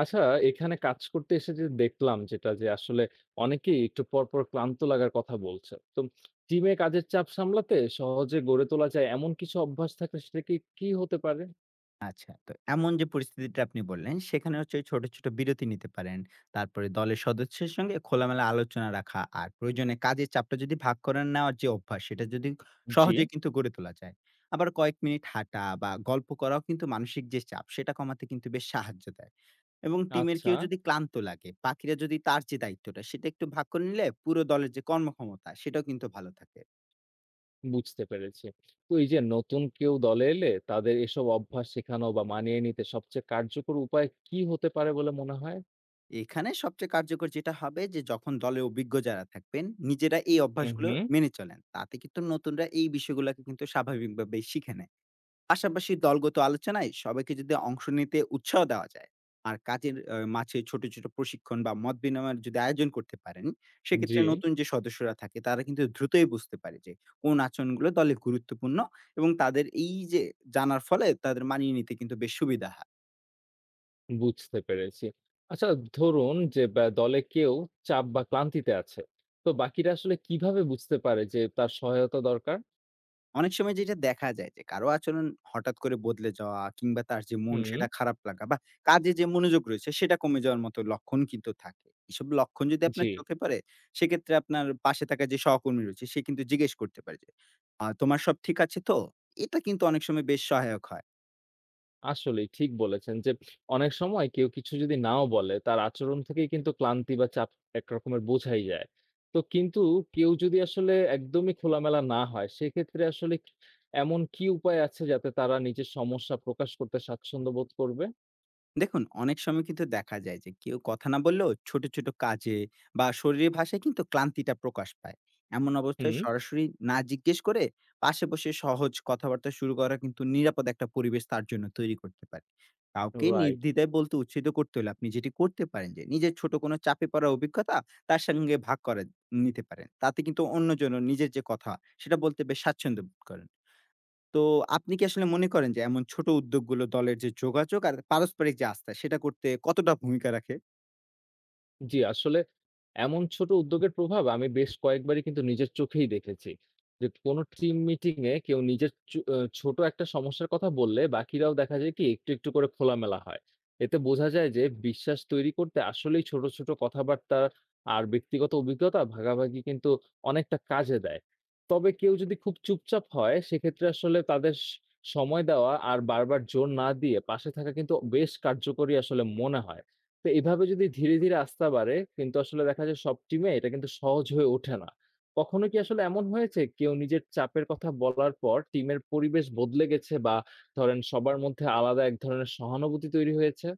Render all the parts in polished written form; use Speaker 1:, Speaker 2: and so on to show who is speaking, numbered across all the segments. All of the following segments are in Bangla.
Speaker 1: আচ্ছা, এখানে কাজ করতে এসে যে দেখলাম যেটা যে আসলে অনেকেই একটু পরপর ক্লান্ত লাগার কথা বলছে। তো টিমে কাজের চাপ সামলাতে সহজে গড়ে তোলা যায় এমন কিছু অভ্যাস থাকলে সেটা কি হতে পারে?
Speaker 2: আচ্ছা, তো এমন যে পরিস্থিতিটা আপনি বললেন, সেখানে হচ্ছে ওই ছোট, ছোট বিরতি নিতে পারেন। তারপরে দলের সদস্যের সঙ্গে খোলামেলা আলোচনা রাখা আর প্রয়োজনে কাজের চাপটা যদি ভাগ করে নেওয়ার যে অভ্যাস, সেটা যদি
Speaker 1: জি।
Speaker 2: সহজেই কিন্তু গড়ে তোলা যায়। আবার কয়েক মিনিট হাঁটা বা গল্প করাও কিন্তু মানসিক যে চাপ, সেটা কমাতে কিন্তু বেশ সাহায্য দেয়। এবং টিমের
Speaker 1: আচ্ছা,
Speaker 2: কেউ যদি ক্লান্ত লাগে, বাকিরা যদি তার যে দায়িত্বটা, সেটা একটু ভাগ করে নিলে পুরো দলের যে কর্মক্ষমতা, সেটাও কিন্তু ভালো থাকে।
Speaker 1: বুঝতে পেরেছি। তো এই যে নতুন কেউ দলে এলে তাদের এসব অভ্যাস শেখানো বা মানিয়ে নিতে সবচেয়ে কার্যকর উপায় কি হতে পারে বলে মনে হয়?
Speaker 2: এখানে সবচেয়ে কার্যকর যেটা হবে যে যখন দলে অভিজ্ঞ যারা থাকবেন, নিজেরা এই
Speaker 1: হুম,
Speaker 2: অভ্যাসগুলো
Speaker 1: হুম।
Speaker 2: মেনে চলেন। তাতে কিন্তু নতুনরা এই বিষয়গুলাকে কিন্তু স্বাভাবিকভাবেই শিখে নেয়। পাশাপাশি দলগত আলোচনায় সবাইকে যদি অংশ নিতে উৎসাহ দেওয়া যায়, আর কাজের মাঝে ছোট, ছোট প্রশিক্ষণ বা মত বিনিময়ের যদি আয়োজন করতে পারেন,
Speaker 1: জি।
Speaker 2: সেক্ষেত্রে নতুন যে সদস্যরা থাকে তারা কিন্তু দ্রুতই বুঝতে পারে যে কোন আচরণগুলো দলে গুরুত্বপূর্ণ এবং তাদের এই যে জানার ফলে তাদের মানিয়ে নিতে কিন্তু বেশ সুবিধা হয়।
Speaker 1: বুঝতে পেরেছি। আচ্ছা, ধরুন যে দলে কেউ চাপ বা ক্লান্তিতে আছে। তো বাকিরা আসলে কিভাবে বুঝতে পারে যে তার সহায়তা দরকার?
Speaker 2: অনেক সময় যেটা দেখা যায় যে কারো আচরণ হঠাৎ করে বদলে যাওয়া কিংবা তার যে মন
Speaker 1: হুম।
Speaker 2: সেটা খারাপ লাগা বা কাজে যে মনোযোগ রয়েছে সেটা কমে যাওয়ার মতো লক্ষণ কিন্তু থাকে। এসব লক্ষণ যদি
Speaker 1: জি,
Speaker 2: আপনার চোখে পড়ে সেক্ষেত্রে আপনার পাশে থাকা যে সহকর্মী রয়েছে সে কিন্তু জিজ্ঞেস করতে পারে যে, তোমার সব ঠিক আছে তো?" এটা কিন্তু অনেক সময় বেশ সহায়ক হয়।
Speaker 1: আসলেই ঠিক বলেছেন যে অনেক সময় কেউ কিছু যদি নাও বলে তার আচরণ থেকেই কিন্তু ক্লান্তি বা চাপ একরকমের বোঝাই যায়। তো কিন্তু কেউ যদি আসলে একদমই খোলামেলা না হয় সেক্ষেত্রে আসলে কি এমন কি উপায় আছে যাতে তারা নিজের সমস্যা প্রকাশ করতে স্বাচ্ছন্দ্য বোধ করবে?
Speaker 2: দেখুন, অনেক সময় কিন্তু দেখা যায় যে কেউ কথা না বললেও ছোট, ছোট কাজে বা শরীরের ভাষায় কিন্তু ক্লান্তিটা প্রকাশ পায়। এমন অবস্থায়
Speaker 1: হুম।
Speaker 2: সরাসরি না জিজ্ঞেস করে পাশে বসে সহজ কথাবার্তা শুরু করা কিন্তু নিরাপদ একটা পরিবেশ তার জন্য তৈরি করতে পারে। কাউকে
Speaker 1: রাইট।
Speaker 2: নির্দ্বিধায় বলতে উৎসাহিত করতে হলে আপনি যেটি করতে পারেন যে নিজের ছোট কোনো চাপে পড়ার অভিজ্ঞতা তার সঙ্গে ভাগ করে নিতে পারেন। তাতে কিন্তু অন্যজনও নিজের যে কথা সেটা বলতে বেশ স্বাচ্ছন্দ্য বোধ করেন। তো আপনি কি আসলে মনে করেন যে এমন ছোট উদ্যোগগুলো দলের যে যোগাযোগ আর পারস্পরিক যে আস্থা সেটা করতে কতটা ভূমিকা রাখে?
Speaker 1: জি, আসলে এমন ছোট উদ্যোগের প্রভাব আমি বেশ কয়েকবারই কিন্তু নিজের চোখেই দেখেছি। যে কোনো টিম মিটিং এ কেউ নিজের চু আ ছোট একটা সমস্যার কথা বললে বাকিরাও দেখা যায় কি একটু একটু করে খোলামেলা হয়। এতে বোঝা যায় যে বিশ্বাস তৈরি করতে আসলেই ছোট ছোট কথাবার্তা আর ব্যক্তিগত অভিজ্ঞতা ভাগাভাগি কিন্তু অনেকটা কাজে দেয়। তবে কেউ যদি খুব চুপচাপ হয় সেক্ষেত্রে আসলে তাদের সময় দেওয়া আর বারবার জোর না দিয়ে পাশে থাকা কিন্তু বেশ কার্যকরী আসলে মনে হয়। তো এভাবে যদি ধীরে ধীরে আস্থা বাড়ে কিন্তু আসলে দেখা যায় সব টিমে এটা কিন্তু সহজ হয়ে ওঠে না। কখনো কি আসলে এমন হয়েছে কেউ নিজের চাপের কথা বলার পর টিমের পরিবেশ বদলে গেছে বা ধরেন সবার মধ্যে আলাদা এক ধরনের সহানুভূতি তৈরি হয়েছে?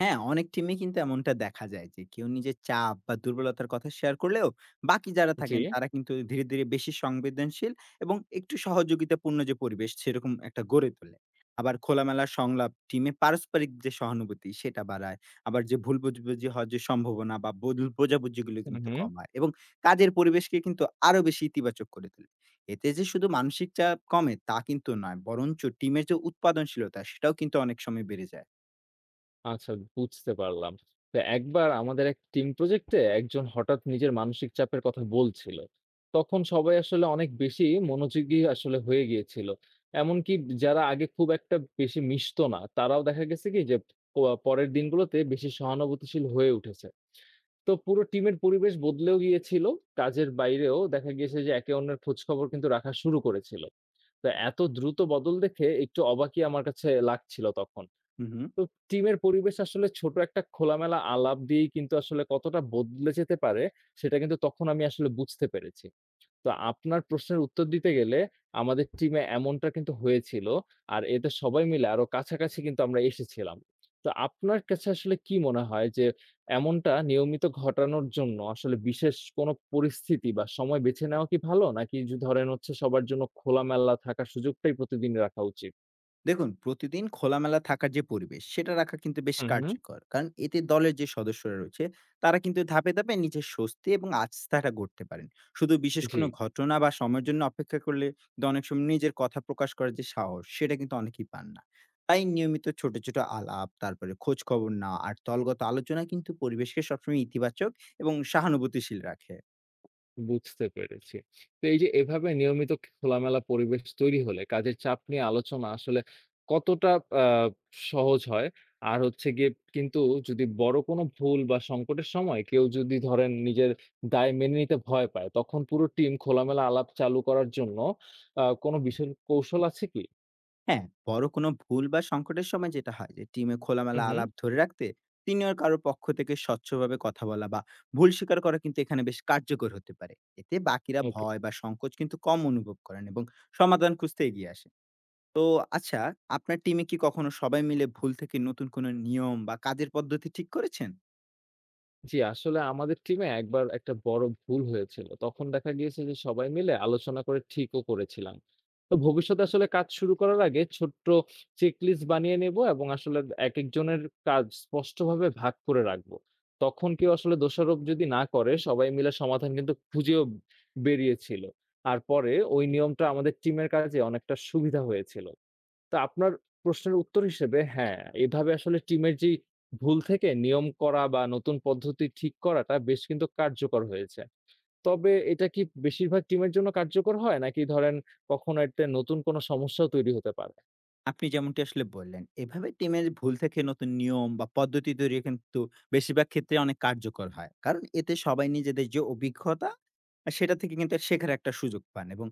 Speaker 2: হ্যাঁ, অনেক টিমে কিন্তু এমনটা দেখা যায় যে কেউ নিজের চাপ বা দুর্বলতার কথা শেয়ার করলেও বাকি যারা
Speaker 1: জি।
Speaker 2: থাকেন তারা কিন্তু ধীরে, ধীরে বেশি সংবেদনশীল এবং একটু সহযোগিতাপূর্ণ যে পরিবেশ সেরকম একটা গড়ে তোলে। আবার খোলামেলা সংলাপ টিমে পারস্পরিক যে সহানুভূতি সেটা বাড়ায়। আবার যে ভুল বুঝাবুঝি হওয়ার যে সম্ভাবনা বা ভুল বোঝাবুঝিগুলো
Speaker 1: হু,
Speaker 2: কিন্তু
Speaker 1: হু।
Speaker 2: কমায় এবং কাজের পরিবেশকে কিন্তু আরো বেশি ইতিবাচক করে তোলে। এতে যে শুধু মানসিক চাপ কমে তা কিন্তু নয়, বরঞ্চ টিমের যে উৎপাদনশীলতা সেটাও কিন্তু অনেক সময় বেড়ে যায়।
Speaker 1: আচ্ছা, বুঝতে পারলাম। তো একবার আমাদের এক টিম প্রজেক্টে একজন হঠাৎ নিজের মানসিক চাপের কথা বলছিল। তখন সবাই আসলে অনেক বেশি মনোযোগী আসলে হয়ে গিয়েছিল। এমনকি যারা আগে খুব একটা বেশি মিশতো না, তারাও দেখা গেছে কি যে প পরের দিনগুলোতে বেশি সহানুভূতিশীল হয়ে উঠেছে। তো পুরো টিমের পরিবেশ বদলেও গিয়েছিল। কাজের বাইরেও দেখা গিয়েছে যে একে অন্যের খোঁজখবর কিন্তু রাখা শুরু করেছিল। তো এত দ্রুত বদল দেখে একটু অবাকই আমার কাছে লাগছিল তখন।
Speaker 2: হু, হু।
Speaker 1: তো টিমের পরিবেশ আসলে ছোট একটা খোলামেলা আলাপ দিয়েই কিন্তু আসলে কতটা বদলে যেতে পারে, সেটা কিন্তু তখন আমি আসলে বুঝতে পেরেছি। তো আপনার প্রশ্নের উত্তর দিতে গেলে আমাদের টিমে এমনটা কিন্তু হয়েছিল। আর এতে সবাই মিলে আরো কাছাকাছি কিন্তু আমরা এসেছিলাম। তো আপনার কাছে আসলে কি মনে হয় যে এমনটা নিয়মিত ঘটানোর জন্য আসলে বিশেষ কোনো পরিস্থিতি বা সময় বেছে নেওয়া কি ভালো? নাকি ধরেন হচ্ছে সবার জন্য খোলামেলা থাকার সুযোগটাই প্রতিদিন রাখা উচিত?
Speaker 2: দেখুন, প্রতিদিন খোলামেলা থাকার যে পরিবেশ সেটা রাখা কিন্তু বেশ
Speaker 1: হুম।
Speaker 2: কার্যকর, কারণ এতে দলের যে সদস্যরা রয়েছে তারা কিন্তু ধাপে ধাপে নিজের স্বস্তি এবং আস্থাটা গড়তে পারেন। শুধু বিশেষ
Speaker 1: জি।
Speaker 2: কোনো ঘটনা বা সময়ের জন্য অপেক্ষা করলে কিন্তু অনেক সময় নিজের কথা প্রকাশ করার যে সাহস সেটা কিন্তু অনেকেই পান না। তাই নিয়মিত ছোট ছোট আলাপ, তারপরে খোঁজ খবর না আর দলগত আলোচনা কিন্তু পরিবেশকে সবসময় ইতিবাচক এবং সহানুভূতিশীল রাখে।
Speaker 1: বুঝতে পেরেছি। তো এই যে এভাবে নিয়মিত খোলামেলা পরিবেশ তৈরি হলে কাজের চাপ নিয়ে আলোচনা আসলে কতটা আ সহজ হয়? আর হচ্ছে গিয়ে কিন্তু যদি বড় কোনো ভুল বা সংকটের সময় কেউ যদি ধরেন নিজের দায় মেনে নিতে ভয় পায়, তখন পুরো টিম খোলামেলা আলাপ চালু করার জন্য কোনো বিশেষ কৌশল আছে কি?
Speaker 2: হ্যাঁ, বড় কোনো ভুল বা সংকটের সময় যেটা হয় যে টিমে
Speaker 1: হু,
Speaker 2: খোলামেলা
Speaker 1: হু।
Speaker 2: আলাপ ধরে রাখতে সিনিয়র কারোর পক্ষ থেকে স্বচ্ছভাবে কথা বলা বা ভুল স্বীকার করা কিন্তু এখানে বেশ কার্যকর হতে পারে। এতে বাকিরা
Speaker 1: ওকে।
Speaker 2: ভয় বা সংকোচ কিন্তু কম অনুভব করেন এবং সমাধান খুঁজতে এগিয়ে আসে। তো আচ্ছা, আপনার টিমে কি কখনো সবাই মিলে ভুল থেকে নতুন কোনো নিয়ম বা কাজের পদ্ধতি ঠিক করেছেন?
Speaker 1: জি, আসলে আমাদের টিমে একবার একটা বড় ভুল হয়েছিল। তখন দেখা গিয়েছে যে সবাই মিলে আলোচনা করে ঠিকও করেছিলাম। তো ভবিষ্যতে আসলে কাজ শুরু করার আগে ছোট্ট চেকলিস্ট বানিয়ে নেব এবং আসলে একেকজনের কাজ স্পষ্টভাবে ভাগ করে রাখবো। তখন কেউ আসলে দোষারোপ যদি না করে সবাই মিলে সমাধান কিন্তু খুঁজেও বেরিয়েছিল। আর পরে ওই নিয়মটা আমাদের টিমের কাজে অনেকটা সুবিধা হয়েছিল। তো আপনার প্রশ্নের উত্তর হিসেবে হ্যাঁ, এভাবে আসলে টিমের যেই ভুল থেকে নিয়ম করা বা নতুন পদ্ধতি ঠিক করাটা বেশ কিন্তু কার্যকর হয়েছে। তবে এটা কি বেশিরভাগ টিমের জন্য কার্যকর হয়? নাকি ধরেন কখনো এতে নতুন কোনো সমস্যাও তৈরি হতে পারে?
Speaker 2: আপনি যেমনটি আসলে বললেন, এভাবে টিমের ভুল থেকে নতুন নিয়ম বা পদ্ধতি তৈরি কিন্তু বেশিরভাগ ক্ষেত্রে অনেক কার্যকর হয়। কারণ এতে সবাই নিজেদের যে অভিজ্ঞতা, সেটা থেকে কিন্তু শেখার একটা সুযোগ পান এবং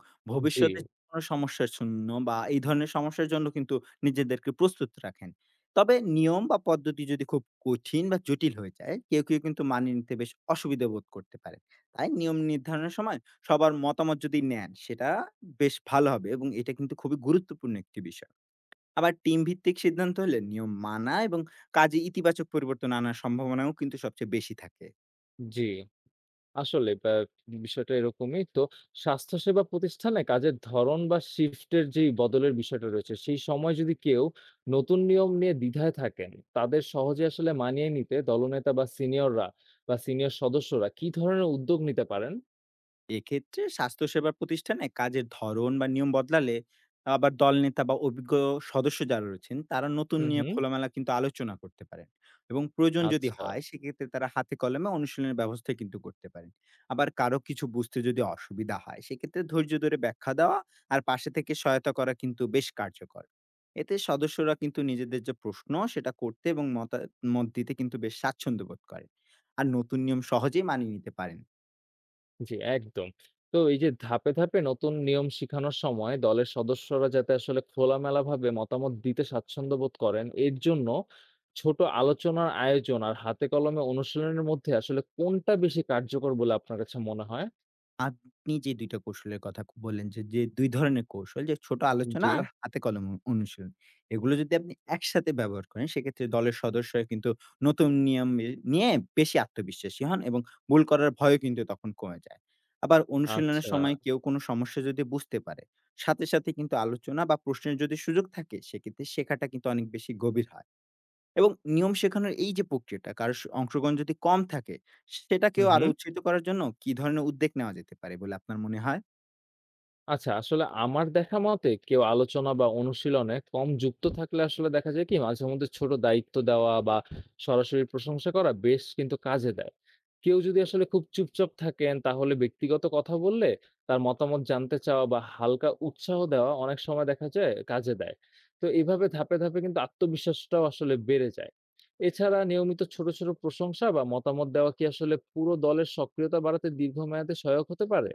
Speaker 1: জি,
Speaker 2: ভবিষ্যতে কোনো সমস্যার জন্য বা এই ধরনের সমস্যার জন্য কিন্তু নিজেদেরকে প্রস্তুত রাখেন। তবে নিয়ম বা পদ্ধতি যদি খুব কঠিন বা জটিল হয়ে যায়, কেউ কিন্তু মানিয়ে নিতে বেশ অসুবিধা বোধ করতে পারেন। তাই নিয়ম নির্ধারণের সময় সবার মতামত যদি নেন, সেটা বেশ ভালো হবে এবং এটা কিন্তু খুবই গুরুত্বপূর্ণ একটি বিষয়। আবার টিম ভিত্তিক সিদ্ধান্ত হলে নিয়ম মানা এবং কাজে ইতিবাচক পরিবর্তন আনার সম্ভাবনাও কিন্তু সবচেয়ে বেশি থাকে।
Speaker 1: জি। আসলে বিষয়টা এরকমই। তো স্বাস্থ্যসেবা প্রতিষ্ঠানে কাজের ধরন বা শিফটের যেই বদলের বিষয়টা রয়েছে, সেই সময় যদি কেউ নতুন নিয়ম নিয়ে দ্বিধায় থাকেন, তাদের সহজে আসলে মানিয়ে নিতে দলনেতা বা সিনিয়র সদস্যরা কি ধরনের উদ্যোগ নিতে পারেন?
Speaker 2: এক্ষেত্রে স্বাস্থ্যসেবা প্রতিষ্ঠানে কাজের ধরন বা নিয়ম বদলালে আবার দলনেতা বা অভিজ্ঞ সদস্য যারা রয়েছেন তারা নতুন
Speaker 1: হুম,
Speaker 2: নিয়ে
Speaker 1: হুম।
Speaker 2: খোলামেলা কিন্তু আলোচনা করতে পারেন এবং প্রয়োজন যদি
Speaker 1: আচ্ছা।
Speaker 2: হয় সেক্ষেত্রে তারা হাতে কলমে অনুশীলনের ব্যবস্থা কিন্তু করতে পারেন। আবার কারো কিছু বুঝতে যদি অসুবিধা হয় সেক্ষেত্রে ধৈর্য ধরে ব্যাখ্যা দেওয়া আর পাশে থেকে সহায়তা করা কিন্তু বেশ কার্যকর। এতে সদস্যরা কিন্তু নিজেদের যে প্রশ্ন সেটা করতে এবং মতামত দিতে কিন্তু বেশ স্বাচ্ছন্দ্য বোধ করেন আর নতুন নিয়ম সহজেই মানিয়ে নিতে পারেন।
Speaker 1: জি, একদম। তো এই যে ধাপে ধাপে নতুন নিয়ম শিখানোর সময় দলের সদস্যরা যাতে আসলে খোলামেলাভাবে মতামত দিতে স্বাচ্ছন্দ্য বোধ করেন, এর জন্য ছোট আলোচনার আয়োজন আর হাতে কলমে অনুশীলনের মধ্যে আসলে কোনটা বেশি কার্যকর বলে আপনার কাছে মনে হয়?
Speaker 2: আপনি যে ২ টা কৌশলের কথা বললেন, যে, যে ২ ধরনের কৌশল যে ছোট আলোচনা
Speaker 1: জি,
Speaker 2: আর হাতে কলমে অনুশীলন। এগুলো যদি আপনি একসাথে ব্যবহার করেন সেক্ষেত্রে দলের সদস্যরা কিন্তু নতুন নিয়ম নিয়ে বেশি আত্মবিশ্বাসী হন এবং ভুল করার ভয়ও কিন্তু তখন কমে যায়। আবার অনুশীলনের
Speaker 1: আচ্ছা।
Speaker 2: সময় কেউ কোনো সমস্যা যদি বুঝতে পারে, সাথে, সাথে কিন্তু আলোচনা বা প্রশ্নের যদি সুযোগ থাকে সেক্ষেত্রে শেখাটা কিন্তু অনেক বেশি গভীর হয়। এবং নিয়ম শেখানোর এই যে প্রক্রিয়াটা, কারো অংশগ্রহণ যদি কম থাকে,
Speaker 1: হু,
Speaker 2: সেটাকেও
Speaker 1: হু।
Speaker 2: আরো উৎসাহিত করার জন্য কি ধরনের উদ্যোগ নেওয়া যেতে পারে বলে আপনার মনে হয়?
Speaker 1: আচ্ছা, আসলে আমার দেখা মতে কেউ আলোচনা বা অনুশীলনে কম যুক্ত থাকলে আসলে দেখা যায় কি মাঝেমধ্যে ছোট দায়িত্ব দেওয়া বা সরাসরি প্রশংসা করা বেশ কিন্তু কাজে দেয়। কেউ যদি আসলে খুব চুপচাপ থাকেন তাহলে ব্যক্তিগত কথা বললে তার মতামত জানতে চাওয়া বা হালকা উৎসাহ দেওয়া অনেক সময় দেখা যায় কাজে দেয়। তো এভাবে ধাপে ধাপে কিন্তু আত্মবিশ্বাসটাও আসলে বেড়ে যায়। এছাড়া নিয়মিত ছোট ছোট প্রশংসা বা মতামত দেওয়া কি আসলে পুরো দলের সক্রিয়তা বাড়াতে দীর্ঘমেয়াদে সহায়ক হতে পারে?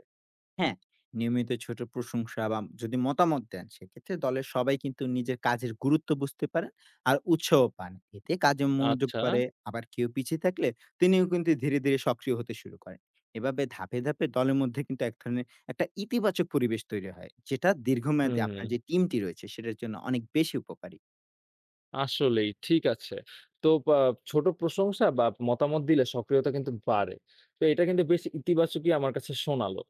Speaker 2: হ্যাঁ, নিয়মিত ছোট প্রশংসা বা যদি মতামত দেন, সেক্ষেত্রে দলের সবাই কিন্তু নিজের কাজের গুরুত্ব বুঝতে পারেন আর উৎসাহ পান। এতে কাজে মনোযোগ
Speaker 1: আচ্ছা,
Speaker 2: বাড়ে, আবার কেউ পিছিয়ে থাকলে তিনিও কিন্তু ধীরে, ধীরে সক্রিয় হতে শুরু করেন। এভাবে ধাপে, ধাপে দলের মধ্যে কিন্তু এক ধরনের একটা ইতিবাচক পরিবেশ তৈরি হয়, যেটা দীর্ঘমেয়াদে আপনার
Speaker 1: হুম।
Speaker 2: যে টিমটি রয়েছে, সেটার জন্য অনেক বেশি উপকারী।
Speaker 1: আসলেই ঠিক আছে। তো ছোট প্রশংসা বা মতামত দিলে সক্রিয়তা কিন্তু বাড়ে। তো এটা কিন্তু বেশ ইতিবাচকই আমার কাছে শোনালো।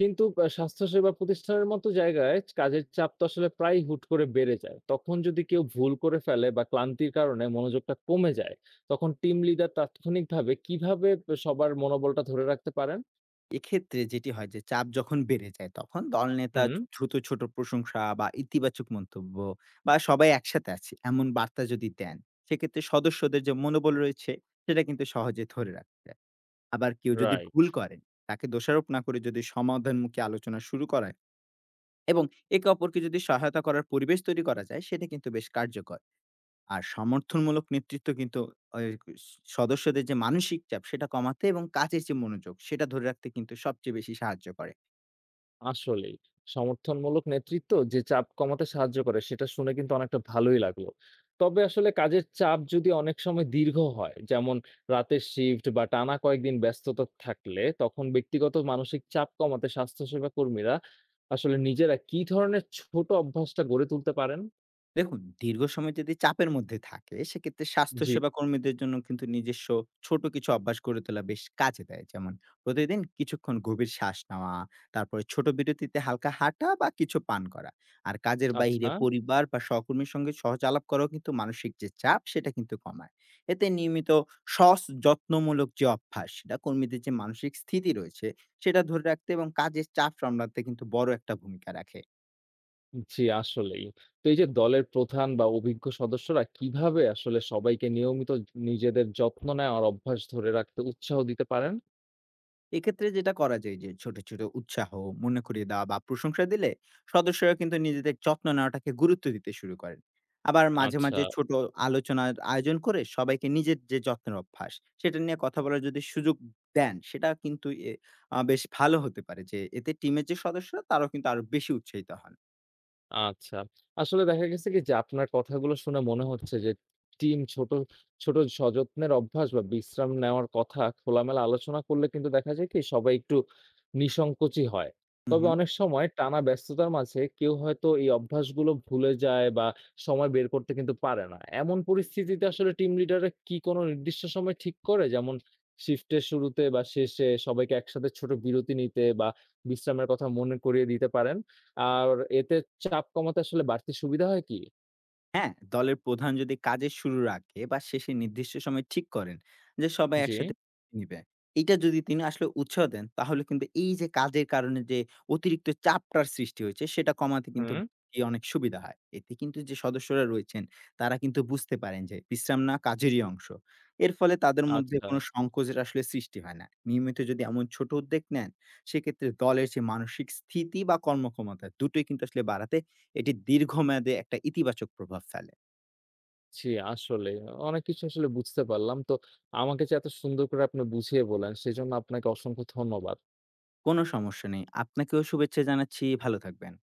Speaker 1: কিন্তু স্বাস্থ্যসেবা প্রতিষ্ঠানের মতো জায়গায় কাজের চাপ তো আসলে প্রায়ই হুট করে বেড়ে যায়। তখন যদি কেউ ভুল করে ফেলে বা ক্লান্তির কারণে মনোযোগটা কমে যায়, তখন টিম লিডার তাৎক্ষণিকভাবে কিভাবে সবার মনোবলটা ধরে রাখতে পারেন?
Speaker 2: এক্ষেত্রে যেটি হয় যে চাপ যখন বেড়ে যায় তখন দলনেতা
Speaker 1: হুম,
Speaker 2: দ্রুত ছোট প্রশংসা বা ইতিবাচক মন্তব্য বা সবাই একসাথে আছে এমন বার্তা যদি দেন সেক্ষেত্রে সদস্যদের যে মনোবল রয়েছে সেটা কিন্তু সহজে ধরে রাখতে যায়। আবার কেউ যদি
Speaker 1: রাইট।
Speaker 2: ভুল করেন তাকে দোষারোপ না করে যদি সমাধানমুখী আলোচনা শুরু করায় এবং একে অপরকে যদি সহায়তা করার পরিবেশ তৈরি করা যায় সেটা কিন্তু বেশ কার্যকর। আর সমর্থনমূলক নেতৃত্ব কিন্তু আহ, সদস্যদের যে মানসিক চাপ সেটা কমাতে এবং কাজের যে মনোযোগ সেটা ধরে রাখতে কিন্তু সবচেয়ে বেশি সাহায্য করে।
Speaker 1: আসলেই। সমর্থনমূলক নেতৃত্ব যে চাপ কমাতে সাহায্য করে সেটা শুনে কিন্তু অনেকটা ভালোই লাগলো। তবে আসলে কাজের চাপ যদি অনেক সময় দীর্ঘ হয়, যেমন রাতের শিফট বা টানা কয়েকদিন ব্যস্ততা থাকলে তখন ব্যক্তিগত মানসিক চাপ কমাতে স্বাস্থ্যসেবা কর্মীরা আসলে নিজেরা কি ধরনের ছোট অভ্যাসটা গড়ে তুলতে পারেন?
Speaker 2: দেখুন, দীর্ঘ সময় যদি চাপের মধ্যে থাকে, সেক্ষেত্রে
Speaker 1: জি,
Speaker 2: স্বাস্থ্যসেবা কর্মীদের জন্য কিন্তু নিজস্ব ছোট কিছু অভ্যাস গড়ে তোলা বেশ কাজে দেয়। যেমন প্রতিদিন কিছুক্ষণ গভীর শ্বাস নেওয়া, তারপরে ছোট বিরতিতে হালকা হাঁটা বা কিছু পান করা। আর কাজের বাইরে
Speaker 1: আচ্ছা।
Speaker 2: পরিবার বা সহকর্মীর সঙ্গে সহজ আলাপ করাও কিন্তু মানসিক যে চাপ, সেটা কিন্তু কমায়। এতে নিয়মিত যত্নমূলক যে অভ্যাস, সেটা কর্মীদের যে মানসিক স্থিতি রয়েছে, সেটা ধরে রাখতে এবং কাজের চাপ সামলাতে কিন্তু বড় একটা ভূমিকা রাখে।
Speaker 1: জি, আসলেই। তো এই যে দলের প্রধান বা অভিজ্ঞ সদস্যরা কিভাবে আসলে সবাইকে নিয়মিত নিজেদের যত্ন নেওয়ার অভ্যাস ধরে রাখতে উৎসাহ দিতে পারেন?
Speaker 2: এক্ষেত্রে যেটা করা যায় যে ছোট, ছোট উৎসাহ মনে করিয়ে দেওয়া বা প্রশংসা দিলে সদস্যরা কিন্তু নিজেদের যত্ন নেওয়াটাকে গুরুত্ব দিতে শুরু করেন। আবার মাঝে,
Speaker 1: আচ্ছা,
Speaker 2: মাঝে ছোট আলোচনার আয়োজন করে সবাইকে নিজের যে যত্নের অভ্যাস সেটা নিয়ে কথা বলার যদি সুযোগ দেন সেটা কিন্তু এ আ বেশ ভালো হতে পারে, যে এতে টিমের যে সদস্যরা তারাও কিন্তু আরো বেশি উৎসাহিত হন।
Speaker 1: আচ্ছা। আসলে দেখা গেছে কি যে আপনার কথাগুলো শুনে মনে হচ্ছে যে টিম ছোট ছোট সযত্নের অভ্যাস বা বিশ্রাম নেওয়ার কথা খোলামেলা আলোচনা করলে কিন্তু দেখা যায় কি সবাই একটু নিঃসংকোচই হয়।
Speaker 2: হু,
Speaker 1: তবে
Speaker 2: হু।
Speaker 1: অনেক সময় টানা ব্যস্ততার মাঝে কেউ হয়তো এই অভ্যাসগুলো ভুলে যায় বা সময় বের করতে কিন্তু পারে না। এমন পরিস্থিতিতে আসলে টিম লিডাররা কি কোনো নির্দিষ্ট সময় ঠিক করে? যেমন শিফটের শুরুতে বা শেষে সবাইকে একসাথে ছোট বিরতি নিতে বা বিশ্রামের কথা মনে করিয়ে দিতে পারেন? আর এতে চাপ কমাতে আসলে বাড়তি সুবিধা হয় কি?
Speaker 2: হ্যাঁ, দলের প্রধান যদি কাজের শুরুর আগে বা শেষে নির্দিষ্ট সময় ঠিক করেন যে সবাই
Speaker 1: জি,
Speaker 2: একসাথে নিবে, এটা যদি তিনি আসলে উৎসাহ দেন তাহলে কিন্তু এই যে কাজের কারণে যে অতিরিক্ত চাপটার সৃষ্টি হয়েছে সেটা কমাতে কিন্তু
Speaker 1: হুম।
Speaker 2: এই অনেক সুবিধা হয়। এতে কিন্তু যে সদস্যরা রয়েছেন তারা কিন্তু বুঝতে পারেন যে বিশ্রাম না কাজেরই অংশ। এর ফলে তাদের মধ্যে
Speaker 1: আচ্ছা।
Speaker 2: কোনো সংকোচের আসলে সৃষ্টি হয় না। নিয়মিত যদি এমন ছোট উদ্যোগ নেন সেক্ষেত্রে দলের যে মানসিক স্থিতি বা কর্মক্ষমতা দুটোই কিন্তু আসলে বাড়াতে এটি দীর্ঘমেয়াদে একটা ইতিবাচক প্রভাব ফেলে।
Speaker 1: জি, আসলে অনেক কিছু আসলে বুঝতে পারলাম। তো আমাকে যে এত সুন্দর করে আপনি বুঝিয়ে বললেন, সেজন্য আপনাকে অসংখ্য ধন্যবাদ।
Speaker 2: কোনো সমস্যা নেই। আপনাকেও শুভেচ্ছা জানাচ্ছি। ভালো থাকবেন।